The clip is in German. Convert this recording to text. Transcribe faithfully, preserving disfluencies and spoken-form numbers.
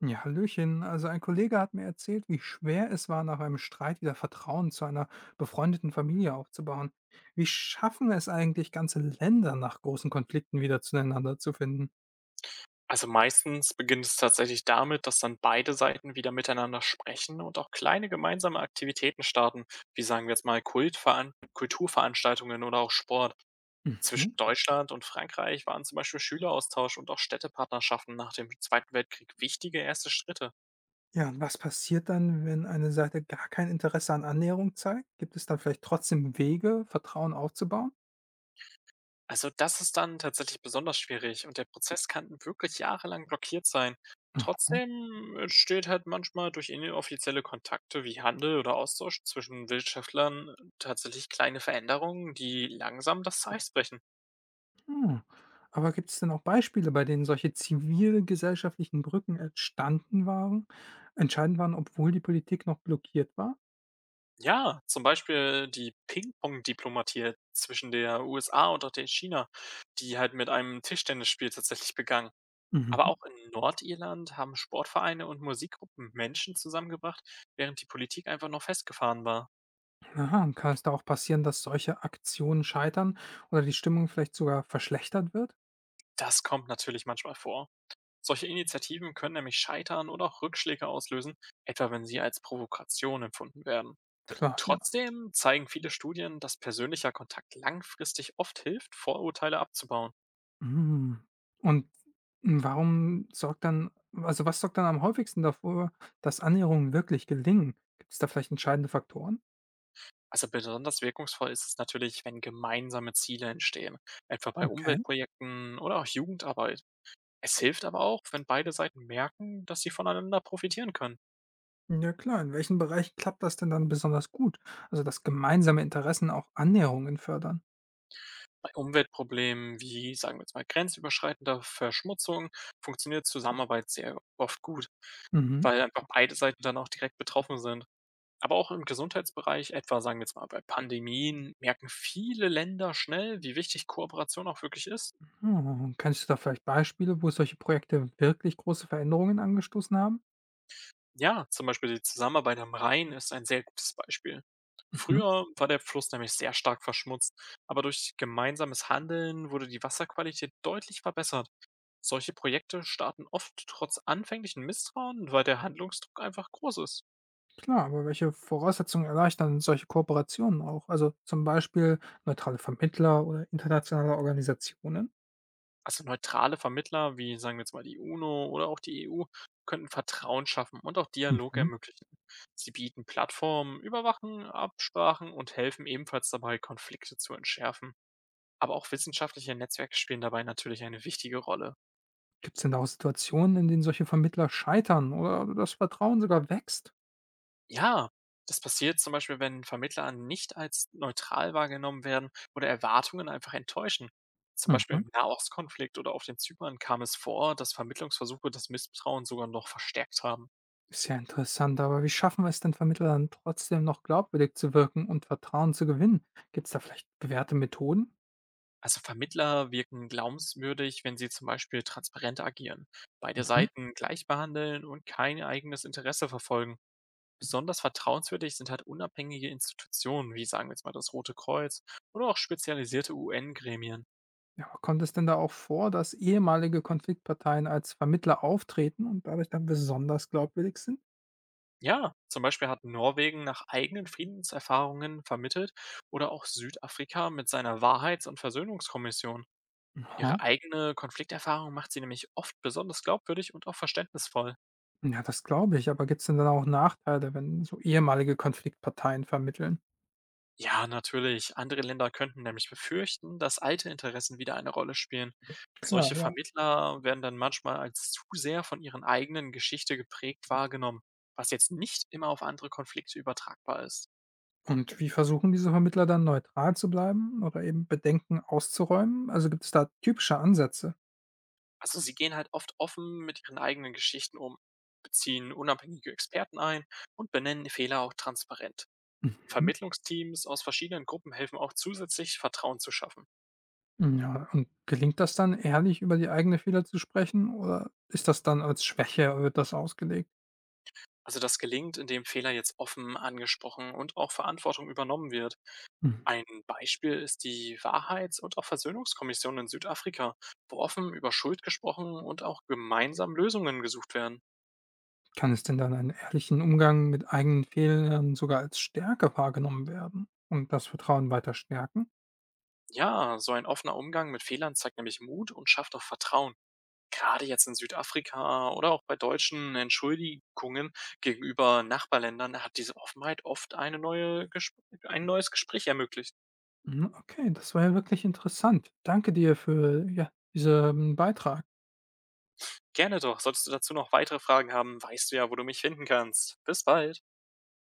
Ja, Hallöchen. Also ein Kollege hat mir erzählt, wie schwer es war, nach einem Streit wieder Vertrauen zu einer befreundeten Familie aufzubauen. Wie schaffen es eigentlich, ganze Länder nach großen Konflikten wieder zueinander zu finden? Also meistens beginnt es tatsächlich damit, dass dann beide Seiten wieder miteinander sprechen und auch kleine gemeinsame Aktivitäten starten, wie sagen wir jetzt mal Kultveran Kulturveranstaltungen oder auch Sport. Zwischen Mhm. Deutschland und Frankreich waren zum Beispiel Schüleraustausch und auch Städtepartnerschaften nach dem Zweiten Weltkrieg wichtige erste Schritte. Ja, und was passiert dann, wenn eine Seite gar kein Interesse an Annäherung zeigt? Gibt es dann vielleicht trotzdem Wege, Vertrauen aufzubauen? Also das ist dann tatsächlich besonders schwierig und der Prozess kann wirklich jahrelang blockiert sein. Aha. Trotzdem entsteht halt manchmal durch inoffizielle Kontakte wie Handel oder Austausch zwischen Wirtschaftlern äh, tatsächlich kleine Veränderungen, die langsam das Eis brechen. Hm. Aber gibt es denn auch Beispiele, bei denen solche zivilgesellschaftlichen Brücken entstanden waren, entscheidend waren, obwohl die Politik noch blockiert war? Ja, zum Beispiel die Ping-Pong-Diplomatie zwischen der U S A und auch der China, die halt mit einem Tischtennisspiel tatsächlich begann. Aber Mhm. auch in Nordirland haben Sportvereine und Musikgruppen Menschen zusammengebracht, während die Politik einfach noch festgefahren war. Aha, und kann es da auch passieren, dass solche Aktionen scheitern oder die Stimmung vielleicht sogar verschlechtert wird? Das kommt natürlich manchmal vor. Solche Initiativen können nämlich scheitern oder auch Rückschläge auslösen, etwa wenn sie als Provokation empfunden werden. Klar, ja. Trotzdem zeigen viele Studien, dass persönlicher Kontakt langfristig oft hilft, Vorurteile abzubauen. Mhm. Und warum sorgt dann also, Was sorgt dann am häufigsten dafür, dass Annäherungen wirklich gelingen? Gibt es da vielleicht entscheidende Faktoren? Also besonders wirkungsvoll ist es natürlich, wenn gemeinsame Ziele entstehen, etwa bei Okay. Umweltprojekten oder auch Jugendarbeit. Es hilft aber auch, wenn beide Seiten merken, dass sie voneinander profitieren können. Ja klar, in welchem Bereich klappt das denn dann besonders gut? Also, dass gemeinsame Interessen auch Annäherungen fördern? Bei Umweltproblemen wie, sagen wir jetzt mal, grenzüberschreitender Verschmutzung funktioniert Zusammenarbeit sehr oft gut, Mhm. weil einfach beide Seiten dann auch direkt betroffen sind. Aber auch im Gesundheitsbereich, etwa sagen wir jetzt mal bei Pandemien, merken viele Länder schnell, wie wichtig Kooperation auch wirklich ist. Hm, und kennst du da vielleicht Beispiele, wo solche Projekte wirklich große Veränderungen angestoßen haben? Ja, zum Beispiel die Zusammenarbeit am Rhein ist ein sehr gutes Beispiel. Mhm. Früher war der Fluss nämlich sehr stark verschmutzt, aber durch gemeinsames Handeln wurde die Wasserqualität deutlich verbessert. Solche Projekte starten oft trotz anfänglichen Misstrauen, weil der Handlungsdruck einfach groß ist. Klar, aber welche Voraussetzungen erleichtern solche Kooperationen auch? Also zum Beispiel neutrale Vermittler oder internationale Organisationen? Also neutrale Vermittler, wie sagen wir jetzt mal die U N O oder auch die E U, könnten Vertrauen schaffen und auch Dialog Mhm. ermöglichen. Sie bieten Plattformen, überwachen Absprachen und helfen ebenfalls dabei, Konflikte zu entschärfen. Aber auch wissenschaftliche Netzwerke spielen dabei natürlich eine wichtige Rolle. Gibt es denn da auch Situationen, in denen solche Vermittler scheitern oder das Vertrauen sogar wächst? Ja, das passiert zum Beispiel, wenn Vermittler nicht als neutral wahrgenommen werden oder Erwartungen einfach enttäuschen. Zum Beispiel Mhm. im Nahostkonflikt oder auf den Zypern kam es vor, dass Vermittlungsversuche das Misstrauen sogar noch verstärkt haben. Ist ja interessant, aber wie schaffen wir es denn, Vermittler dann trotzdem noch glaubwürdig zu wirken und Vertrauen zu gewinnen? Gibt es da vielleicht bewährte Methoden? Also Vermittler wirken glaubenswürdig, wenn sie zum Beispiel transparent agieren, beide Mhm. Seiten gleich behandeln und kein eigenes Interesse verfolgen. Besonders vertrauenswürdig sind halt unabhängige Institutionen, wie sagen wir jetzt mal das Rote Kreuz oder auch spezialisierte U N-Gremien. Ja, aber kommt es denn da auch vor, dass ehemalige Konfliktparteien als Vermittler auftreten und dadurch dann besonders glaubwürdig sind? Ja, zum Beispiel hat Norwegen nach eigenen Friedenserfahrungen vermittelt oder auch Südafrika mit seiner Wahrheits- und Versöhnungskommission. Aha. Ihre eigene Konflikterfahrung macht sie nämlich oft besonders glaubwürdig und auch verständnisvoll. Ja, das glaube ich, aber gibt's denn dann auch Nachteile, wenn so ehemalige Konfliktparteien vermitteln? Ja, natürlich. Andere Länder könnten nämlich befürchten, dass alte Interessen wieder eine Rolle spielen. Klar, Solche ja. Vermittler werden dann manchmal als zu sehr von ihren eigenen Geschichte geprägt wahrgenommen, was jetzt nicht immer auf andere Konflikte übertragbar ist. Und wie versuchen diese Vermittler dann neutral zu bleiben oder eben Bedenken auszuräumen? Also gibt es da typische Ansätze? Also, sie gehen halt oft offen mit ihren eigenen Geschichten um, beziehen unabhängige Experten ein und benennen Fehler auch transparent. Mhm. Vermittlungsteams aus verschiedenen Gruppen helfen auch zusätzlich, Vertrauen zu schaffen. Ja, und gelingt das dann, ehrlich über die eigenen Fehler zu sprechen oder ist das dann als Schwäche wird das ausgelegt? Also das gelingt, indem Fehler jetzt offen angesprochen und auch Verantwortung übernommen wird. Mhm. Ein Beispiel ist die Wahrheits- und auch Versöhnungskommission in Südafrika, wo offen über Schuld gesprochen und auch gemeinsam Lösungen gesucht werden. Kann es denn dann einen ehrlichen Umgang mit eigenen Fehlern sogar als Stärke wahrgenommen werden und das Vertrauen weiter stärken? Ja, so ein offener Umgang mit Fehlern zeigt nämlich Mut und schafft auch Vertrauen. Gerade jetzt in Südafrika oder auch bei deutschen Entschuldigungen gegenüber Nachbarländern hat diese Offenheit oft eine neue Gesp ein neues Gespräch ermöglicht. Mhm, okay, das war ja wirklich interessant. Danke dir für, ja, diesen Beitrag. Gerne doch. Solltest du dazu noch weitere Fragen haben, weißt du ja, wo du mich finden kannst. Bis bald.